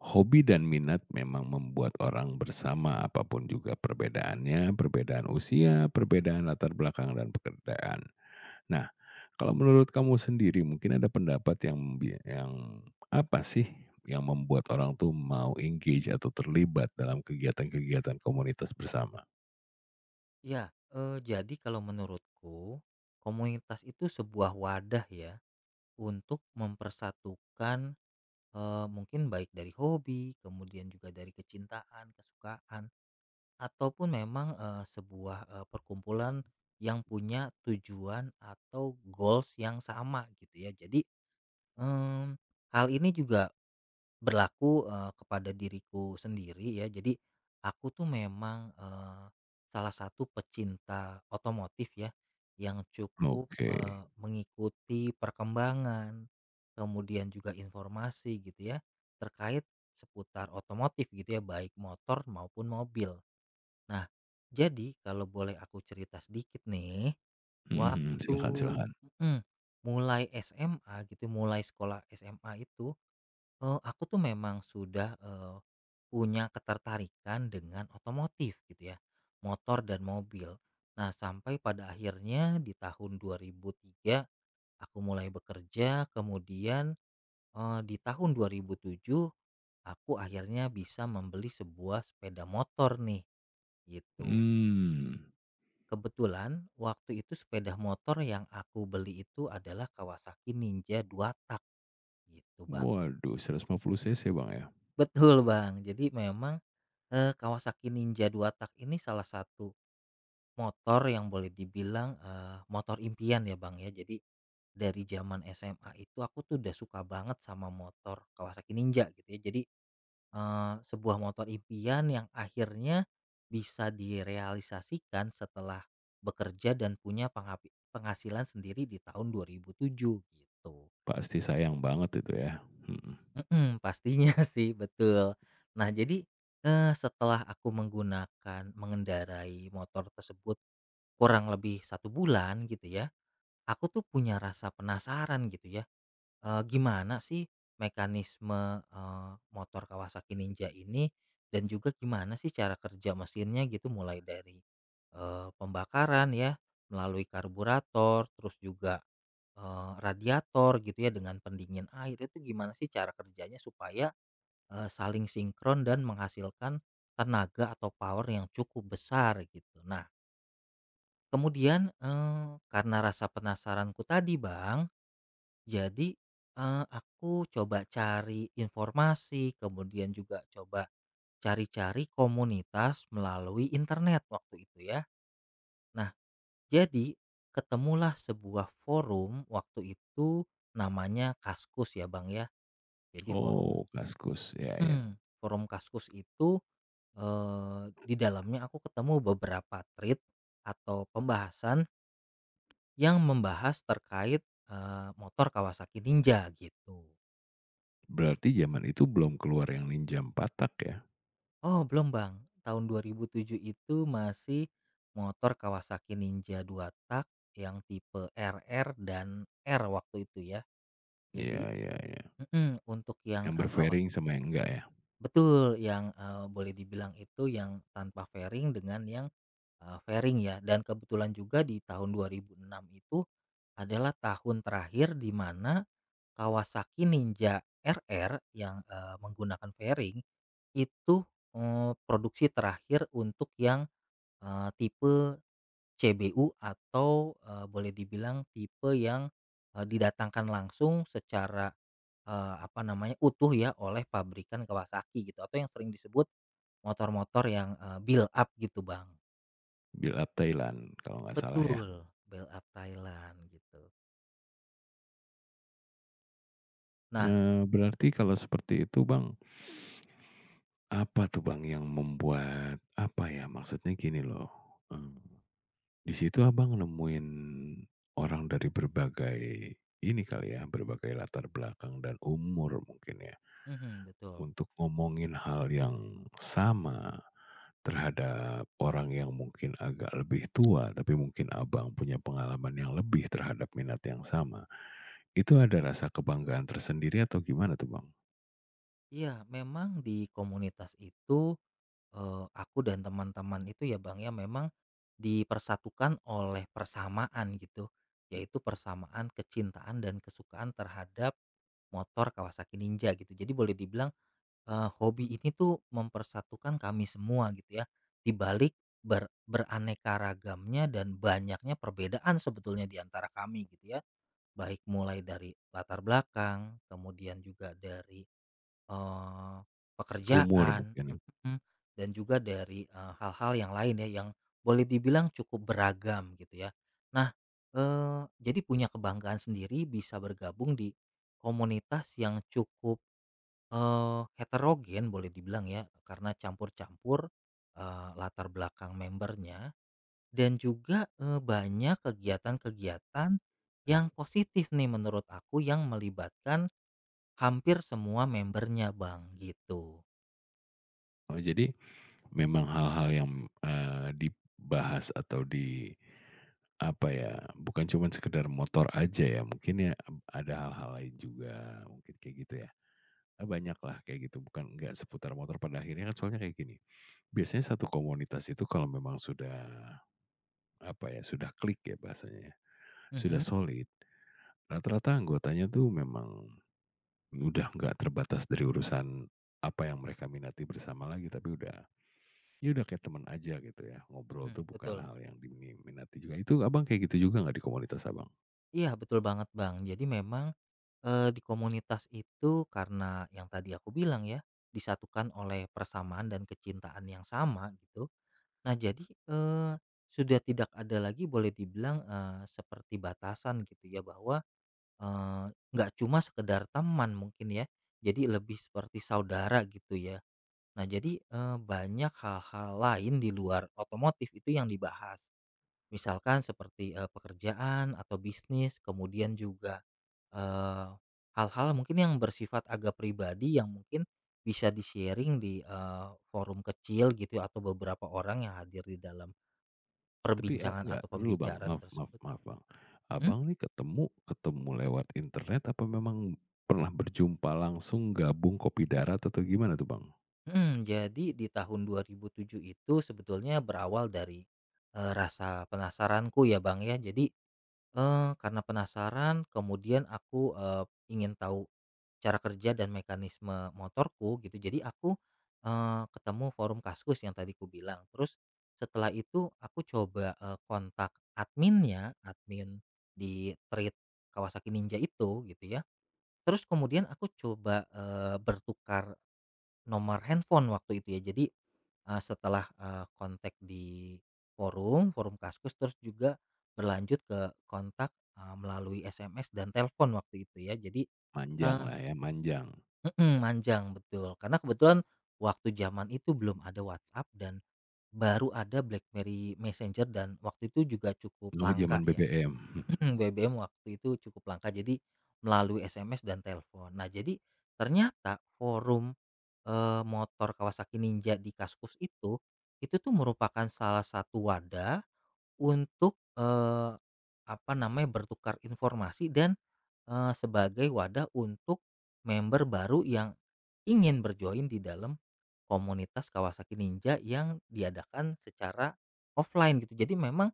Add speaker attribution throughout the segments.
Speaker 1: Hobi dan minat memang membuat orang bersama apapun juga perbedaannya, perbedaan usia, perbedaan latar belakang dan pekerjaan. Nah, kalau menurut kamu sendiri mungkin ada pendapat yang yang apa sih, yang membuat orang tuh mau engage atau terlibat dalam kegiatan-kegiatan komunitas bersama?
Speaker 2: Ya, jadi kalau menurutku, komunitas itu sebuah wadah ya untuk mempersatukan, mungkin baik dari hobi, kemudian juga dari kecintaan, kesukaan, ataupun memang, sebuah, perkumpulan yang punya tujuan atau goals yang sama gitu ya. Jadi, mmm, hal ini juga berlaku, kepada diriku sendiri ya, jadi aku tuh memang, salah satu pecinta otomotif ya, yang cukup,
Speaker 1: Oke.
Speaker 2: mengikuti perkembangan, kemudian juga informasi gitu ya, terkait seputar otomotif gitu ya, baik motor maupun mobil. Nah, jadi kalau boleh aku cerita sedikit nih,
Speaker 1: Mhm,
Speaker 2: waktu
Speaker 1: silakan, silakan.
Speaker 2: mhm, mulai SMA gitu, mulai sekolah SMA itu, aku tuh memang sudah, punya ketertarikan dengan otomotif gitu ya, motor dan mobil. Nah, sampai pada akhirnya di tahun 2003 aku mulai bekerja, kemudian, di tahun 2007 aku akhirnya bisa membeli sebuah sepeda motor nih, gitu.
Speaker 1: Mmm,
Speaker 2: Kebetulan waktu itu sepeda motor yang aku beli itu adalah Kawasaki Ninja dua tak gitu, Bang.
Speaker 1: Waduh, 150 cc Bang ya?
Speaker 2: Betul, Bang. Jadi memang, Kawasaki Ninja dua tak ini salah satu motor yang boleh dibilang, motor impian ya, Bang, ya. Jadi dari zaman SMA itu aku tuh udah suka banget sama motor Kawasaki Ninja gitu ya. Jadi, sebuah motor impian yang akhirnya bisa direalisasikan setelah bekerja dan punya penghasilan sendiri di tahun 2007 gitu.
Speaker 1: Pasti sayang banget itu ya? Mhm.
Speaker 2: Mhm, pastinya sih, betul. Nah, jadi, setelah aku mengendarai motor tersebut kurang lebih satu bulan gitu ya, aku tuh punya rasa penasaran gitu ya, gimana sih mekanisme, motor Kawasaki Ninja ini dan juga gimana sih cara kerja mesinnya gitu, mulai dari, pembakaran ya, melalui karburator, terus juga, radiator gitu ya dengan pendingin air, itu gimana sih cara kerjanya supaya saling sinkron dan menghasilkan tenaga atau power yang cukup besar gitu. Nah, kemudian, karena rasa penasaranku tadi, Bang, jadi, aku coba cari informasi, kemudian juga coba cari-cari komunitas melalui internet waktu itu ya. Nah, jadi ketemulah sebuah forum waktu itu namanya Kaskus ya, Bang, ya. Jadi forum
Speaker 1: Oh, Kaskus, ya, ya.
Speaker 2: forum Kaskus itu, di dalamnya aku ketemu beberapa thread atau pembahasan yang membahas terkait, motor Kawasaki Ninja gitu.
Speaker 1: Berarti zaman itu belum keluar yang Ninjam Patak ya?
Speaker 2: Oh belum, Bang, tahun 2007 itu masih motor Kawasaki Ninja dua tak yang tipe RR dan R waktu itu ya. Jadi
Speaker 1: Iya, iya, iya.
Speaker 2: mhm, untuk yang
Speaker 1: Yang berfairing
Speaker 2: Kawasaki,
Speaker 1: sama yang enggak ya?
Speaker 2: betul, yang, boleh dibilang itu yang tanpa fairing dengan yang fairing ya, dan kebetulan juga di tahun 2006 itu adalah tahun terakhir di mana Kawasaki Ninja RR yang, menggunakan fairing itu, produksi terakhir untuk yang, tipe CBU atau, boleh dibilang tipe yang, didatangkan langsung secara, apa namanya, utuh ya oleh pabrikan Kawasaki gitu, atau yang sering disebut motor-motor yang, build up gitu, Bang.
Speaker 1: Build Up Thailand kalau nggak salah
Speaker 2: Betul,
Speaker 1: ya?
Speaker 2: Bell Art Thailand gitu. Nah,
Speaker 1: Nah berarti kalau seperti itu Bang, apa tuh Bang yang membuat, apa ya, maksudnya gini loh, eee, di situ Abang nemuin orang dari berbagai ini kali ya, berbagai latar belakang dan umur mungkin ya,
Speaker 2: mhm, betul.
Speaker 1: untuk ngomongin hal yang sama. Terhadap orang yang mungkin agak lebih tua, tapi mungkin Abang punya pengalaman yang lebih terhadap minat yang sama, itu ada rasa kebanggaan tersendiri atau gimana tuh Bang?
Speaker 2: Iya, memang di komunitas itu, aku dan teman-teman itu ya, Bang, ya, memang dipersatukan oleh persamaan gitu, yaitu persamaan kecintaan dan kesukaan terhadap motor Kawasaki Ninja gitu. Jadi boleh dibilang, hobi ini tuh mempersatukan kami semua gitu ya, di balik beraneka ragamnya dan banyaknya perbedaan sebetulnya di antara kami gitu ya. Baik mulai dari latar belakang, kemudian juga dari, eee,
Speaker 1: Umur
Speaker 2: pekerjaan,
Speaker 1: mungkin ya?
Speaker 2: mhm, dan juga dari, hal-hal yang lain ya yang boleh dibilang cukup beragam gitu ya. Nah, jadi punya kebanggaan sendiri bisa bergabung di komunitas yang cukup, heterogen boleh dibilang ya, karena campur-campur, latar belakang membernya. Dan juga, banyak kegiatan-kegiatan yang positif nih menurut aku, yang melibatkan hampir semua membernya, Bang, gitu.
Speaker 1: Oh jadi memang hal-hal yang, dibahas atau di apa ya, bukan cuma sekedar motor aja ya, mungkin ya ada hal-hal lain juga, mungkin kayak gitu ya? Banyaklah kayak gitu, bukan nggak seputar motor pada akhirnya kan soalnya kayak gini, biasanya satu komunitas itu kalau memang sudah apa ya, sudah klik ya bahasanya ya, sudah
Speaker 2: Mhm,
Speaker 1: solid, rata-rata anggotanya tuh memang udah nggak terbatas dari urusan apa yang mereka minati bersama lagi, tapi udah ya udah kayak teman aja gitu ya, ngobrol
Speaker 2: mhm,
Speaker 1: tuh bukan
Speaker 2: betul.
Speaker 1: hal yang diminati juga. Itu Abang kayak gitu juga nggak di komunitas Abang?
Speaker 2: Iya, betul banget, Bang. Jadi memang, di komunitas itu karena yang tadi aku bilang ya, disatukan oleh persamaan dan kecintaan yang sama gitu. Nah jadi, eee, sudah tidak ada lagi boleh dibilang, seperti batasan gitu ya, bahwa Eee, nggak cuma sekedar teman mungkin ya, jadi lebih seperti saudara gitu ya. Nah jadi, banyak hal-hal lain di luar otomotif itu yang dibahas. Misalkan seperti, pekerjaan atau bisnis, kemudian juga, eee, hal-hal mungkin yang bersifat agak pribadi yang mungkin bisa di-sharing di, forum kecil gitu ya, atau beberapa orang yang hadir di dalam
Speaker 1: Tapi,
Speaker 2: perbincangan
Speaker 1: enggak,
Speaker 2: atau
Speaker 1: dulu Bang,
Speaker 2: pembicaraan
Speaker 1: maaf, maaf,
Speaker 2: tersebut.
Speaker 1: maaf Bang.
Speaker 2: Mhm?
Speaker 1: Abang nih ketemu ketemu lewat internet apa memang pernah berjumpa langsung gabung kopi darat atau gimana tuh Bang?
Speaker 2: Mhm, jadi di tahun 2007 itu sebetulnya berawal dari, rasa penasaranku ya, Bang, ya. Jadi, karena penasaran kemudian aku, ingin tahu cara kerja dan mekanisme motorku gitu. Jadi aku, ketemu forum Kaskus yang tadi ku bilang. Terus setelah itu aku coba, kontak adminnya, admin di trade Kawasaki Ninja itu gitu ya. Terus kemudian aku coba, bertukar nomor handphone waktu itu ya. Jadi, setelah, kontak di forum forum Kaskus terus juga berlanjut ke kontak, melalui SMS dan telepon waktu itu ya. Jadi
Speaker 1: Manjang
Speaker 2: eee,
Speaker 1: lah ya, manjang.
Speaker 2: manjang betul. Karena kebetulan waktu zaman itu belum ada WhatsApp dan baru ada BlackBerry Messenger, dan waktu itu juga cukup
Speaker 1: Oh,
Speaker 2: langka
Speaker 1: zaman
Speaker 2: ya.
Speaker 1: BBM.
Speaker 2: BBM waktu itu cukup langka, jadi melalui SMS dan telepon. Nah, jadi ternyata forum, motor Kawasaki Ninja di Kaskus itu tuh merupakan salah satu wadah untuk, apa namanya, bertukar informasi dan sebagai wadah untuk member baru yang ingin berjoin di dalam komunitas Kawasaki Ninja yang diadakan secara offline gitu. Jadi memang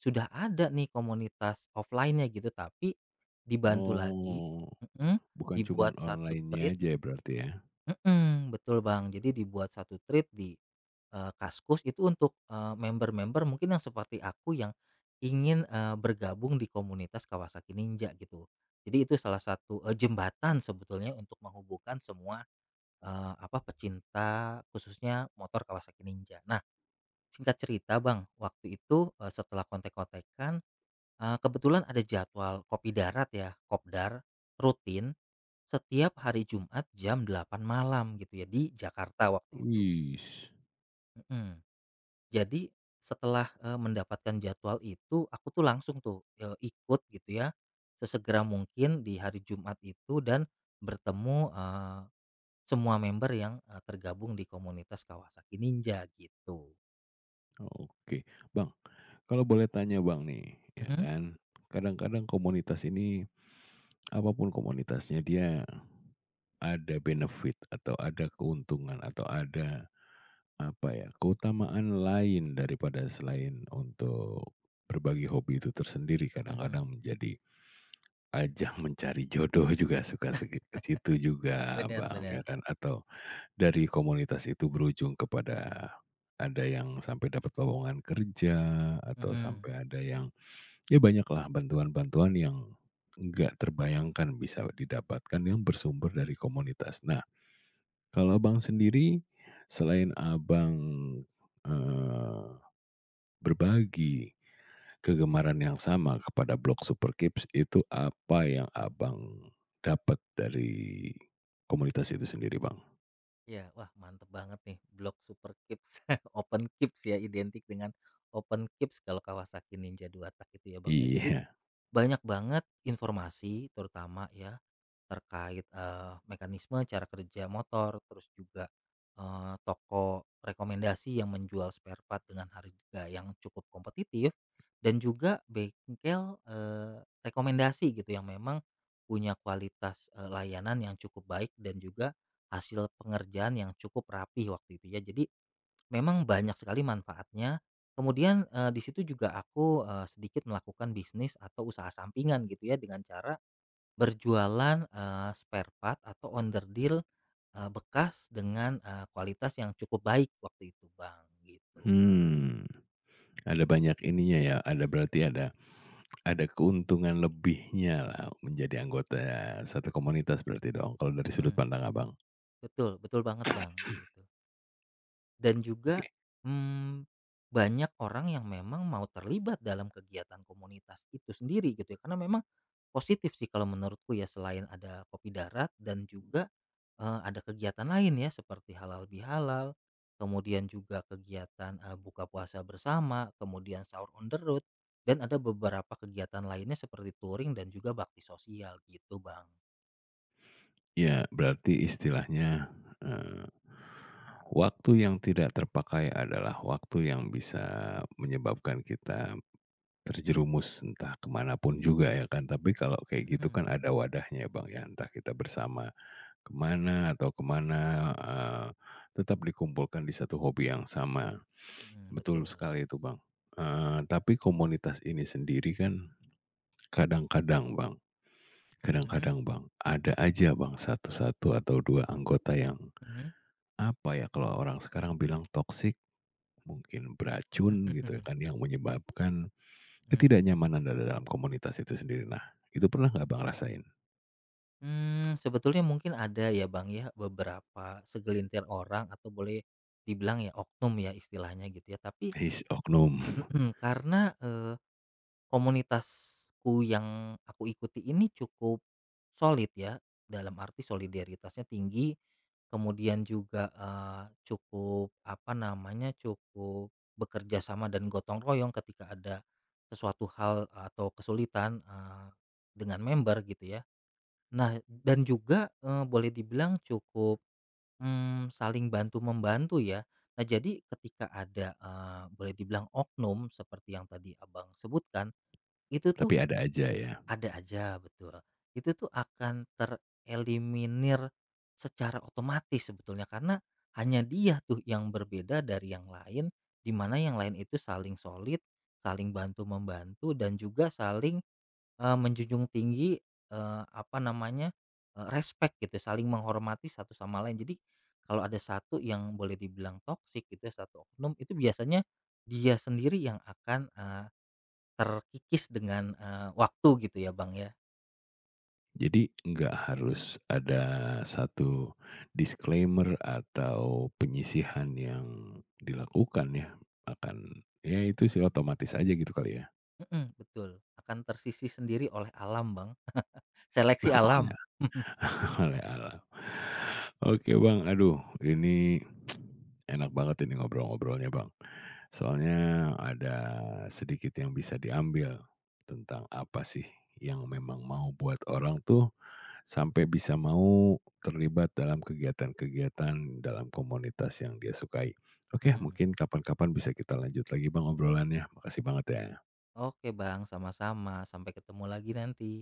Speaker 2: sudah ada nih komunitas offline-nya gitu, tapi dibantu lagi,
Speaker 1: Oh,
Speaker 2: mhm,
Speaker 1: bukan cuman
Speaker 2: dibuat satu
Speaker 1: online-nya
Speaker 2: thread.
Speaker 1: aja ya berarti ya?
Speaker 2: Mhm, betul, Bang. Jadi dibuat satu treat di, Kaskus itu untuk, member-member mungkin yang seperti aku yang ingin, bergabung di komunitas Kawasaki Ninja gitu. Jadi itu salah satu, jembatan sebetulnya untuk menghubungkan semua, apa, pecinta khususnya motor Kawasaki Ninja. Nah, singkat cerita, Bang, waktu itu, setelah kontek-kontekan kebetulan ada jadwal kopi darat ya, kopdar, rutin setiap hari Jumat jam 8 malam gitu ya, di Jakarta waktu itu,
Speaker 1: Wis,
Speaker 2: mhm. Jadi setelah, mendapatkan jadwal itu aku tuh langsung tuh, ikut gitu ya sesegera mungkin di hari Jumat itu, dan bertemu, semua member yang, tergabung di komunitas Kawasaki Ninja gitu.
Speaker 1: oke. Bang, kalau boleh tanya Bang nih, ya
Speaker 2: Mhm,
Speaker 1: kan, kadang-kadang komunitas ini, apapun komunitasnya dia ada benefit atau ada keuntungan atau ada, apa ya, keutamaan lain daripada selain untuk berbagi hobi itu tersendiri
Speaker 2: mhm.
Speaker 1: kadang-kadang menjadi ajang mencari jodoh juga suka segi ke situ juga
Speaker 2: Bener,
Speaker 1: Bang, ya
Speaker 2: bener.
Speaker 1: kan, atau dari komunitas itu berujung kepada ada yang sampai dapat lowongan kerja, atau
Speaker 2: Mhm.
Speaker 1: sampai ada yang ya banyaklah bantuan-bantuan yang nggak terbayangkan bisa didapatkan yang bersumber dari komunitas. Nah, kalau Abang sendiri, selain Abang, eee, berbagi kegemaran yang sama kepada Blog Super Kids, itu apa yang Abang dapat dari komunitas itu sendiri, Bang?
Speaker 2: Ya, wah, mantep banget nih Blok Super Kips, Open Kips ya, identik dengan Open Kips kalau Kawasaki Ninja dua tak itu ya, Bang, ya. Jadi,
Speaker 1: Iya,
Speaker 2: banyak banget informasi, terutama ya, terkait, mekanisme cara kerja motor, terus juga, toko rekomendasi yang menjual spare part dengan harga yang cukup kompetitif, dan juga bengkel, rekomendasi gitu yang memang punya kualitas, layanan yang cukup baik dan juga hasil pengerjaan yang cukup rapi waktu itu ya. Jadi, memang banyak sekali manfaatnya. Kemudian, di situ juga aku, sedikit melakukan bisnis atau usaha sampingan gitu ya, dengan cara berjualan, spare part atau underdeal deal, bekas dengan, kualitas yang cukup baik waktu itu, Bang, gitu.
Speaker 1: mhm. Ada banyak ininya ya, ada berarti ada keuntungan lebihnya-lah menjadi anggota satu komunitas berarti dong, kalau dari sudut
Speaker 2: Mhm,
Speaker 1: pandang Abang?
Speaker 2: betul betul banget, Bang, gitu. Dan juga,
Speaker 1: Oke.
Speaker 2: mmm, banyak orang yang memang mau terlibat dalam kegiatan komunitas itu sendiri gitu ya, karena memang positif sih kalau menurutku ya, selain ada Kopi Darat dan juga, ada kegiatan lain ya seperti Halal Bihalal, kemudian juga kegiatan, buka puasa bersama, kemudian sahur on the road, dan ada beberapa kegiatan lainnya seperti touring dan juga bakti sosial gitu, Bang.
Speaker 1: Ya, berarti istilahnya, eee, waktu yang tidak terpakai adalah waktu yang bisa menyebabkan kita terjerumus entah ke pun juga ya kan, tapi kalau kayak gitu
Speaker 2: Mhm,
Speaker 1: kan ada wadahnya ya Bang ya, entah kita bersama kemana atau kemana mana, tetap dikumpulkan di satu hobi yang sama.
Speaker 2: mhm,
Speaker 1: Betul
Speaker 2: betul.
Speaker 1: sekali itu, Bang. Tapi komunitas ini sendiri kan kadang-kadang, Bang
Speaker 2: Mhm,
Speaker 1: kadang-kadang, Bang, ada aja, Bang, satu satu atau 2 anggota yang,
Speaker 2: mhm,
Speaker 1: apa ya, kalau orang sekarang bilang toksik, mungkin beracun gitu ya kan, yang menyebabkan
Speaker 2: mhm.
Speaker 1: ketidaknyamanan dalam komunitas itu sendiri. Nah, itu pernah nggak, Bang, rasain?
Speaker 2: Sebetulnya mungkin ada ya, Bang, ya, beberapa segelintir orang atau boleh dibilang ya oknum ya istilahnya gitu ya. Tapi
Speaker 1: His oknum,
Speaker 2: karena, komunitasku yang aku ikuti ini cukup solid ya, dalam arti solidaritasnya tinggi, kemudian juga, cukup apa namanya, cukup bekerja sama dan gotong royong ketika ada sesuatu hal atau kesulitan, dengan member gitu ya. Nah dan juga, boleh dibilang cukup, saling bantu-membantu ya. Nah jadi ketika ada, boleh dibilang oknum seperti yang tadi Abang sebutkan, itu tuh
Speaker 1: tapi ada aja ya.
Speaker 2: ada aja, betul. Itu tuh akan tereliminir secara otomatis sebetulnya, karena hanya dia tuh yang berbeda dari yang lain, di mana yang lain itu saling solid, saling bantu-membantu dan juga saling menjunjung tinggi, apa namanya, respek gitu, ya, saling menghormati satu sama lain. Jadi kalau ada satu yang boleh dibilang toksik gitu ya, satu oknum, itu biasanya dia sendiri yang akan, terkikis dengan, waktu gitu ya, Bang, ya.
Speaker 1: Jadi nggak harus ada satu disclaimer atau penyisihan yang dilakukan ya, akan ya itu sih otomatis aja gitu kali ya,
Speaker 2: Mhm, betul, akan tersisih sendiri oleh alam, Bang, seleksi
Speaker 1: oleh
Speaker 2: alam.
Speaker 1: oleh alam. Oke Bang, aduh ini enak banget ini ngobrol-ngobrolnya Bang. Soalnya ada sedikit yang bisa diambil tentang apa sih yang memang mau buat orang tuh sampai bisa mau terlibat dalam kegiatan-kegiatan dalam komunitas yang dia sukai. Oke,
Speaker 2: Mhm.
Speaker 1: mungkin kapan-kapan bisa kita lanjut lagi Bang obrolannya. Makasih banget ya.
Speaker 2: Oke, Bang, sama-sama, sampai ketemu lagi nanti.